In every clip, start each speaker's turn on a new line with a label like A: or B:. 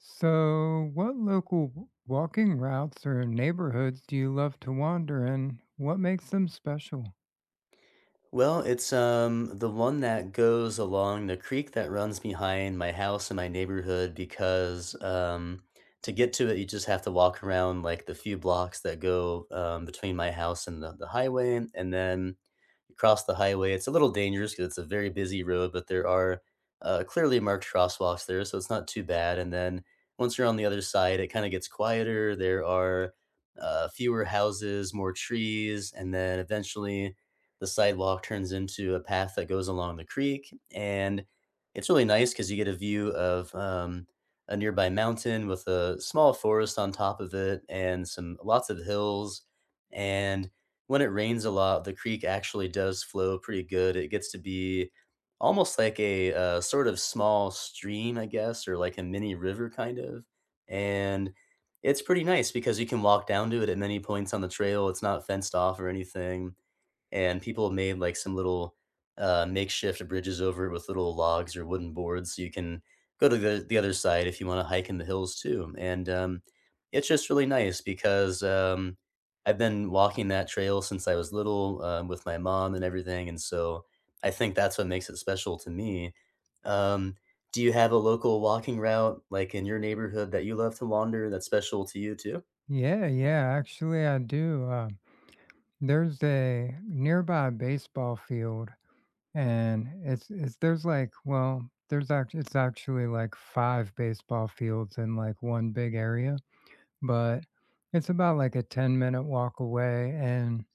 A: So, what local walking routes or neighborhoods do you love to wander in? What makes them special?
B: Well, it's the one that goes along the creek that runs behind my house and my neighborhood because to get to it you just have to walk around like the few blocks that go between my house and the highway, and then you cross the highway. It's a little dangerous because it's a very busy road, but there are clearly marked crosswalks there, so it's not too bad. And then once you're on the other side, it kind of gets quieter. There are fewer houses, more trees, and then eventually the sidewalk turns into a path that goes along the creek. And it's really nice because you get a view of a nearby mountain with a small forest on top of it and some lots of hills. And when it rains a lot, the creek actually does flow pretty good. It gets to be almost like a sort of small stream, I guess, or like a mini river kind of. And it's pretty nice because you can walk down to it at many points on the trail. It's not fenced off or anything, and people have made like some little makeshift bridges over it with little logs or wooden boards, so you can go to the other side if you want to hike in the hills too. And it's just really nice because I've been walking that trail since I was little with my mom and everything, and so I think that's what makes it special to me. Um, do you have a local walking route like in your neighborhood that you love to wander that's special to you too?
A: Yeah, yeah, actually, I do. There's a nearby baseball field, and it's there's like well, there's actually it's actually like five baseball fields in like one big area, but it's about like a 10 minute walk away, and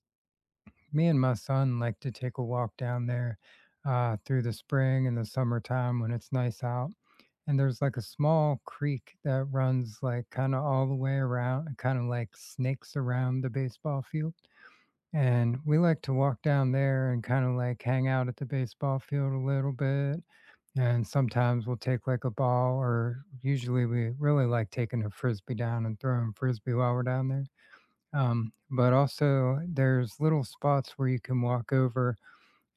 A: me and my son like to take a walk down there through the spring and the summertime when it's nice out. And there's like a small creek that runs like kind of all the way around, kind of like snakes around the baseball field. And we like to walk down there and kind of like hang out at the baseball field a little bit. And sometimes we'll take like a ball, or usually we really like taking a frisbee down and throwing frisbee while we're down there. But also, there's little spots where you can walk over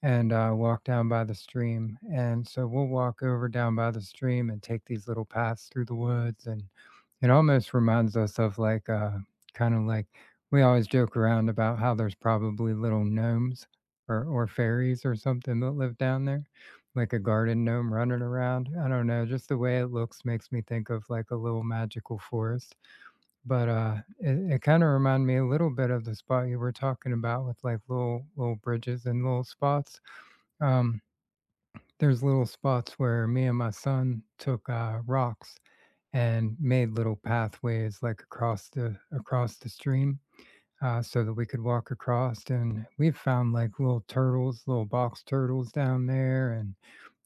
A: and walk down by the stream. And so we'll walk over down by the stream and take these little paths through the woods. And it almost reminds us of kind of like we always joke around about how there's probably little gnomes or fairies or something that live down there, like a garden gnome running around. I don't know, just the way it looks makes me think of like a little magical forest but, it kinda reminded me a little bit of the spot you were talking about with, like, little bridges and little spots. Um, there's little spots where me and my son took, rocks and made little pathways, like, across the stream, so that we could walk across, and we've found, like, little turtles, little box turtles down there, and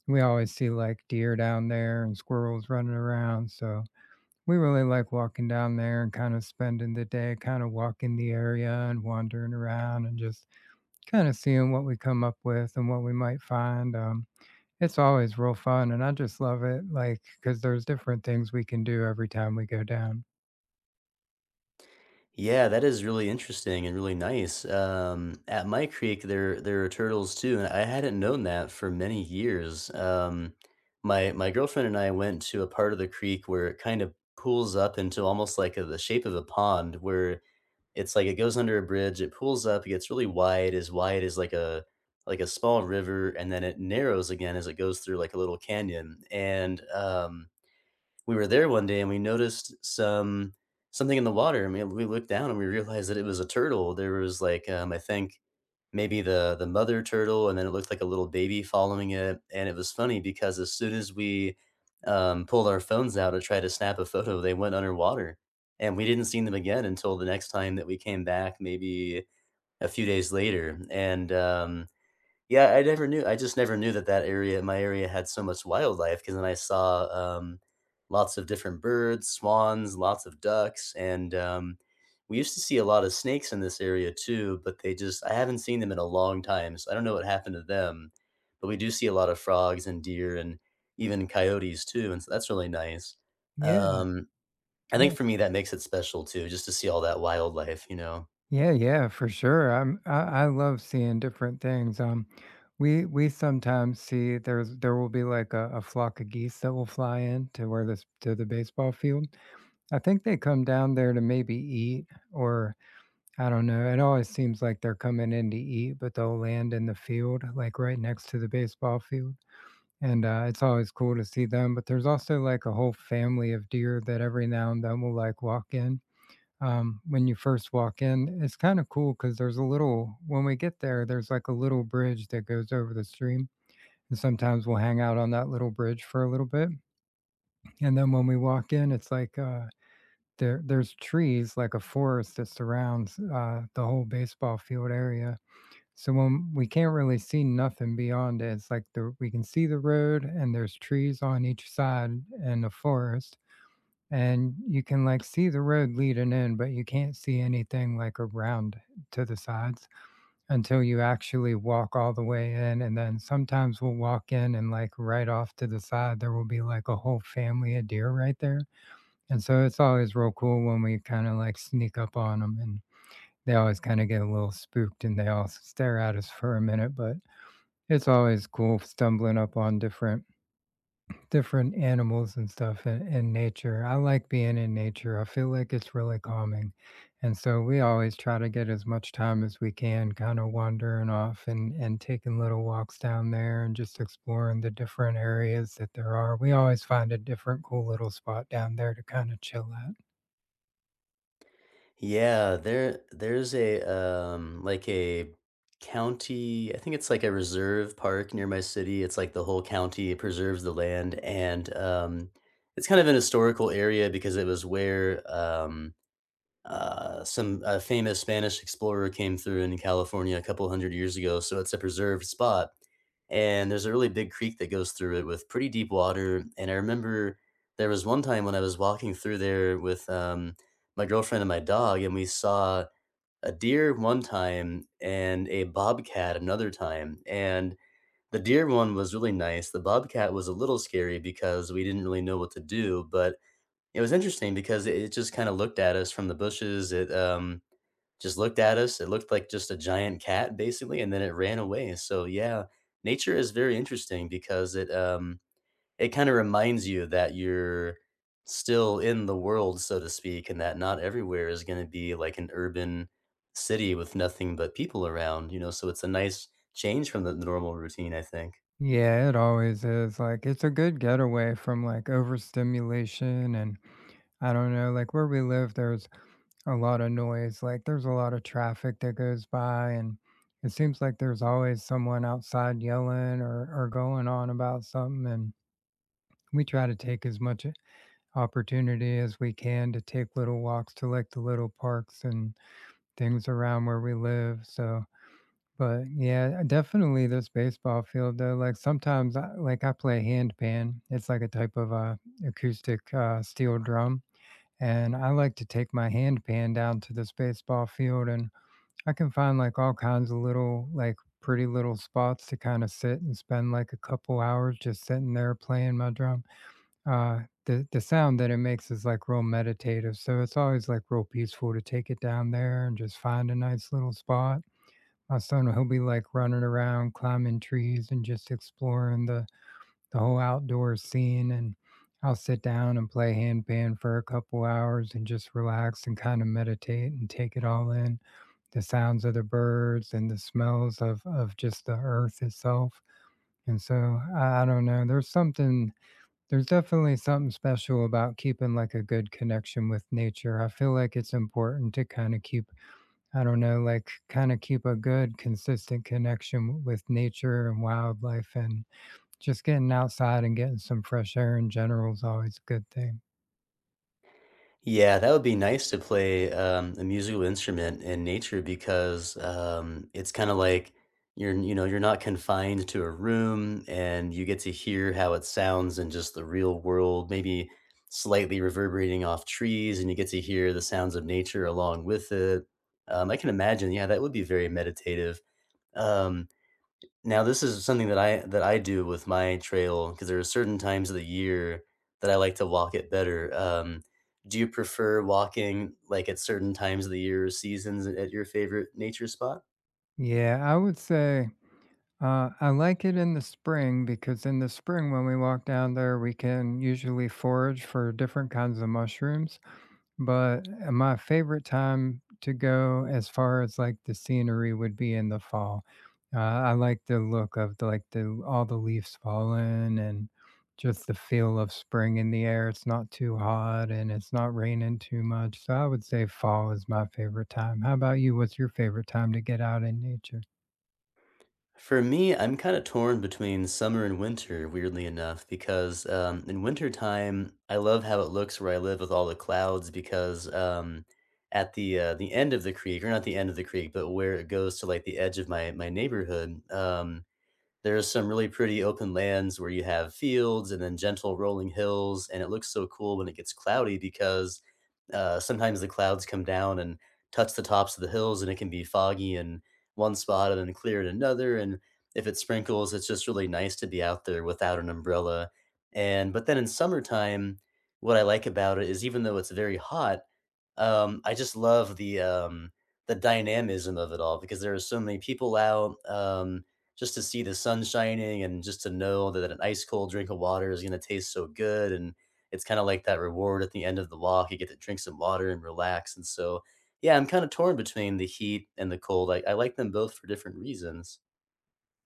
A: we always see, like, deer down there and squirrels running around, so we really like walking down there and kind of spending the day kind of walking the area and wandering around and just kind of seeing what we come up with and what we might find. It's always real fun, and I just love it, like, because there's different things we can do every time we go down.
B: Yeah, that is really interesting and really nice. At my creek, there are turtles too, and I hadn't known that for many years. My girlfriend and I went to a part of the creek where it kind of pools up into almost like the shape of a pond, where it's like it goes under a bridge, it pools up, it gets really wide as like a small river, and then it narrows again as it goes through like a little canyon. And we were there one day and we noticed something in the water. I mean, we looked down and we realized that it was a turtle. There was I think maybe the mother turtle, and then it looked like a little baby following it. And it was funny because as soon as we pulled our phones out to try to snap a photo, they went underwater, and we didn't see them again until the next time that we came back, maybe a few days later. And yeah, I just never knew that that area my area had so much wildlife. Because then I saw, um, lots of different birds, swans, lots of ducks, and, we used to see a lot of snakes in this area too, but they just I haven't seen them in a long time, so I don't know what happened to them, but we do see a lot of frogs and deer and even coyotes too, and so that's really nice.
A: Yeah,
B: Um, I think
A: yeah,
B: for me, that makes it special too, just to see all that wildlife, you know?
A: yeah, yeah, for sure. I love seeing different things. We sometimes see there's there will be like a flock of geese that will fly in to where this to the baseball field. I think they come down there to maybe eat or I don't know. It always seems like they're coming in to eat, but they'll land in the field, like right next to the baseball field. And it's always cool to see them. But there's also like a whole family of deer that every now and then will like walk in. When you first walk in, it's kind of cool because there's a little, when we get there, there's like a little bridge that goes over the stream. And sometimes we'll hang out on that little bridge for a little bit. And then when we walk in, it's like, there's trees, like a forest that surrounds, the whole baseball field area, so when we can't really see nothing beyond it, it's like the we can see the road and there's trees on each side and the forest, and you can, like, see the road leading in, but you can't see anything, like, around to the sides until you actually walk all the way in, and then sometimes we'll walk in and, like, right off to the side, there will be, like, a whole family of deer right there. And so it's always real cool when we kinda, like, sneak up on them, and they always kinda get a little spooked, and they all stare at us for a minute, but it's always cool stumbling up on different animals and stuff in nature. I like being in nature. I feel like it's really calming, and so we always try to get as much time as we can kinda wandering off and taking little walks down there and just exploring the different areas that there are. We always find a different cool little spot down there to kinda chill at.
B: Yeah, there there's a like a county, I think it's like a reserve park near my city. It's like the whole county preserves the land, and it's kind of an historical area because it was where some famous Spanish explorer came through in California a couple hundred years ago, so it's a preserved spot. And there's a really big creek that goes through it with pretty deep water. And I remember there was one time when I was walking through there with my girlfriend and my dog, and we saw a deer one time and a bobcat another time. And the deer one was really nice. The bobcat was a little scary because we didn't really know what to do, but it was interesting because it just kinda looked at us from the bushes, just looked at us. It looked like just a giant cat basically, and then it ran away, so yeah, nature is very interesting because it kinda reminds you that you're still in the world, so to speak, and that not everywhere is gonna be like an urban city with nothing but people around, you know, so it's a nice change from the normal routine, I think.
A: Yeah, it always is. Like, it's a good getaway from like overstimulation. And I don't know, like where we live, there's a lot of noise. Like, there's a lot of traffic that goes by. And it seems like there's always someone outside yelling or going on about something. And we try to take as much opportunity as we can to take little walks to like the little parks and things around where we live. So, but yeah, definitely this baseball field though, like sometimes I like I play handpan. It's like a type of acoustic steel drum. And I like to take my handpan down to this baseball field and I can find like all kinds of little like pretty little spots to kind of sit and spend like a couple hours just sitting there playing my drum. The sound that it makes is like real meditative. So it's always like real peaceful to take it down there and just find a nice little spot. My son, he'll be like running around, climbing trees, and just exploring the whole outdoor scene. And I'll sit down and play handpan for a couple hours and just relax and kind of meditate and take it all in the sounds of the birds and the smells of just the earth itself. And so I don't know, there's definitely something special about keeping like a good connection with nature. I feel like it's important to kind of keep I don't know, like, kinda keep a good consistent connection with nature and wildlife, and just getting outside and getting some fresh air in general is always a good thing.
B: Yeah, that would be nice to play, a musical instrument in nature because, it's kinda like you're not confined to a room, and you get to hear how it sounds in just the real world, maybe slightly reverberating off trees, and you get to hear the sounds of nature along with it. I can imagine, yeah, that would be very meditative. Um Now this is something that I do with my trail. Because there are certain times of the year that I like to walk it better, do you prefer walking, like, at certain times of the year or seasons at your favorite nature spot?
A: Yeah, I would say, I like it in the spring because in the spring when we walk down there, we can usually forage for different kinds of mushrooms. But, my favorite time to go as far as, like, the scenery would be in the fall. I like the look of the, like, the all the leaves falling and just the feel of spring in the air. It's not too hot and it's not raining too much, so I would say fall is my favorite time. How about you? What's your favorite time to get out in nature?
B: For me, I'm kinda torn between summer and winter, weirdly enough, because, in wintertime, I love how it looks where I live with all the clouds because, at the end of the creek, or not the end of the creek, but where it goes to, like, the edge of my neighborhood, there's some really pretty open lands where you have fields and then gentle rolling hills, and it looks so cool when it gets cloudy because sometimes the clouds come down and touch the tops of the hills, and it can be foggy in one spot and then clear in another. And if it sprinkles, it's just really nice to be out there without an umbrella. And but then in summertime, what I like about it is, even though it's very hot, I just love the dynamism of it all because there are so many people out, just to see the sun shining and just to know that an ice cold drink of water is gonna taste so good, and it's kinda like that reward at the end of the walk, you get to drink some water and relax, and so, yeah, I'm kinda torn between the heat and the cold. I like them both for different reasons.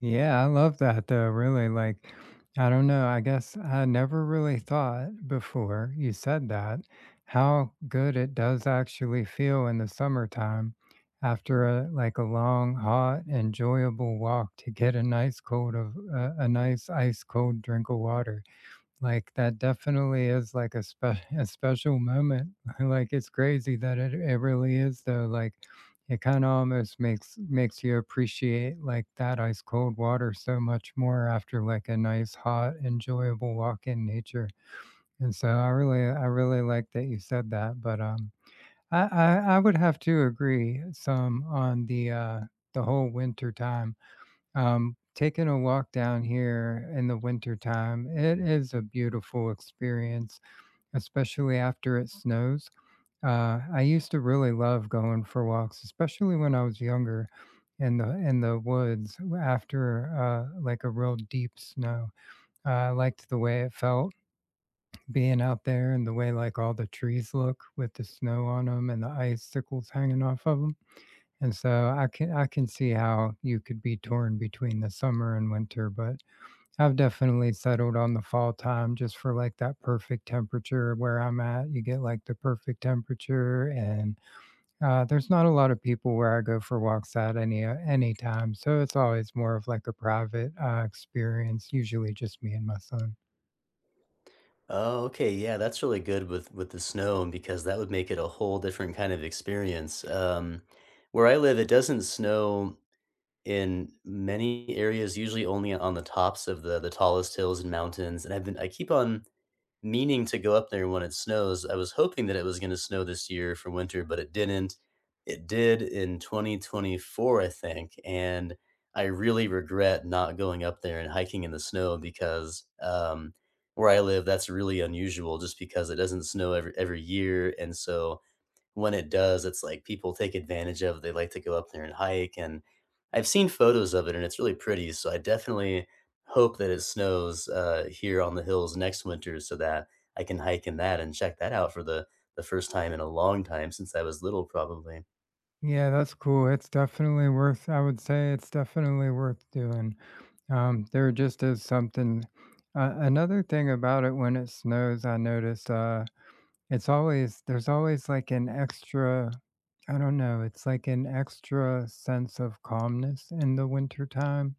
A: Yeah, I love that though, really. Like, I don't know. I guess I never really thought before you said that how good it does actually feel in the summertime after a like a long, hot, enjoyable walk to get a nice cold of a nice ice cold drink of water. Like, that definitely is, like, a special moment. Like, it's crazy that it really is, though, like, it kinda almost makes you appreciate, like, that ice cold water so much more after, like, a nice, hot, enjoyable walk in nature, and so I really like that you said that, but I would have to agree some on the whole winter time. Taking a walk down here in the winter time, it is a beautiful experience, especially after it snows. I used to really love going for walks, especially when I was younger in the woods after like a real deep snow. I liked the way it felt being out there and the way like all the trees look with the snow on them and the icicles hanging off of them. And so I can see how you could be torn between the summer and winter, but I've definitely settled on the fall time just for like that perfect temperature where I'm at. You get like the perfect temperature, and there's not a lot of people where I go for walks at any time. So it's always more of like a private experience, usually just me and my son.
B: Oh, okay, yeah, that's really good with the snow, and because that would make it a whole different kind of experience, where I live, it doesn't snow in many areas, usually only on the tops of the tallest hills and mountains, and I keep on meaning to go up there when it snows. I was hoping that it was gonna snow this year for winter, but it didn't. It did in 2024, I think, and I really regret not going up there and hiking in the snow because, where I live, that's really unusual just because it doesn't snow every year, and so when it does, it's like people take advantage of. They like to go up there and hike, and I've seen photos of it, and it's really pretty. So I definitely hope that it snows here on the hills next winter, so that I can hike in that and check that out for the first time in a long time, since I was little, probably.
A: Yeah, that's cool. It's definitely worth. I would say it's definitely worth doing. There just is something. Another thing about it when it snows, I noticed. It's always there's always, like, an extra I don't know, it's like an extra sense of calmness in the wintertime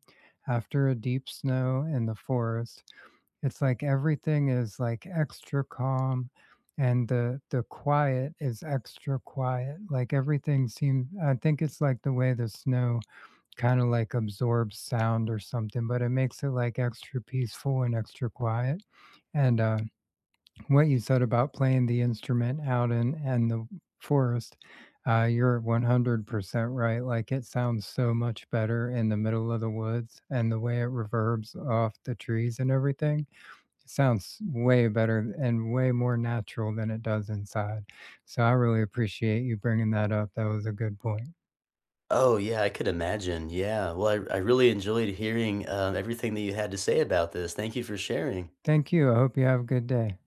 A: after a deep snow in the forest. It's like everything is, like, extra calm, and the quiet is extra quiet, like, everything seems. I think it's, like, the way the snow kinda, like, absorbs sound or something, but it makes it, like, extra peaceful and extra quiet, and what you said about playing the instrument out in and the forest, you're 100% right. Like it sounds so much better in the middle of the woods and the way it reverbs off the trees and everything. It sounds way better and way more natural than it does inside. So I really appreciate you bringing that up. That was a good point.
B: Oh yeah, I could imagine. Yeah, well, I really enjoyed hearing everything that you had to say about this. Thank you for sharing.
A: Thank you. I hope you have a good day.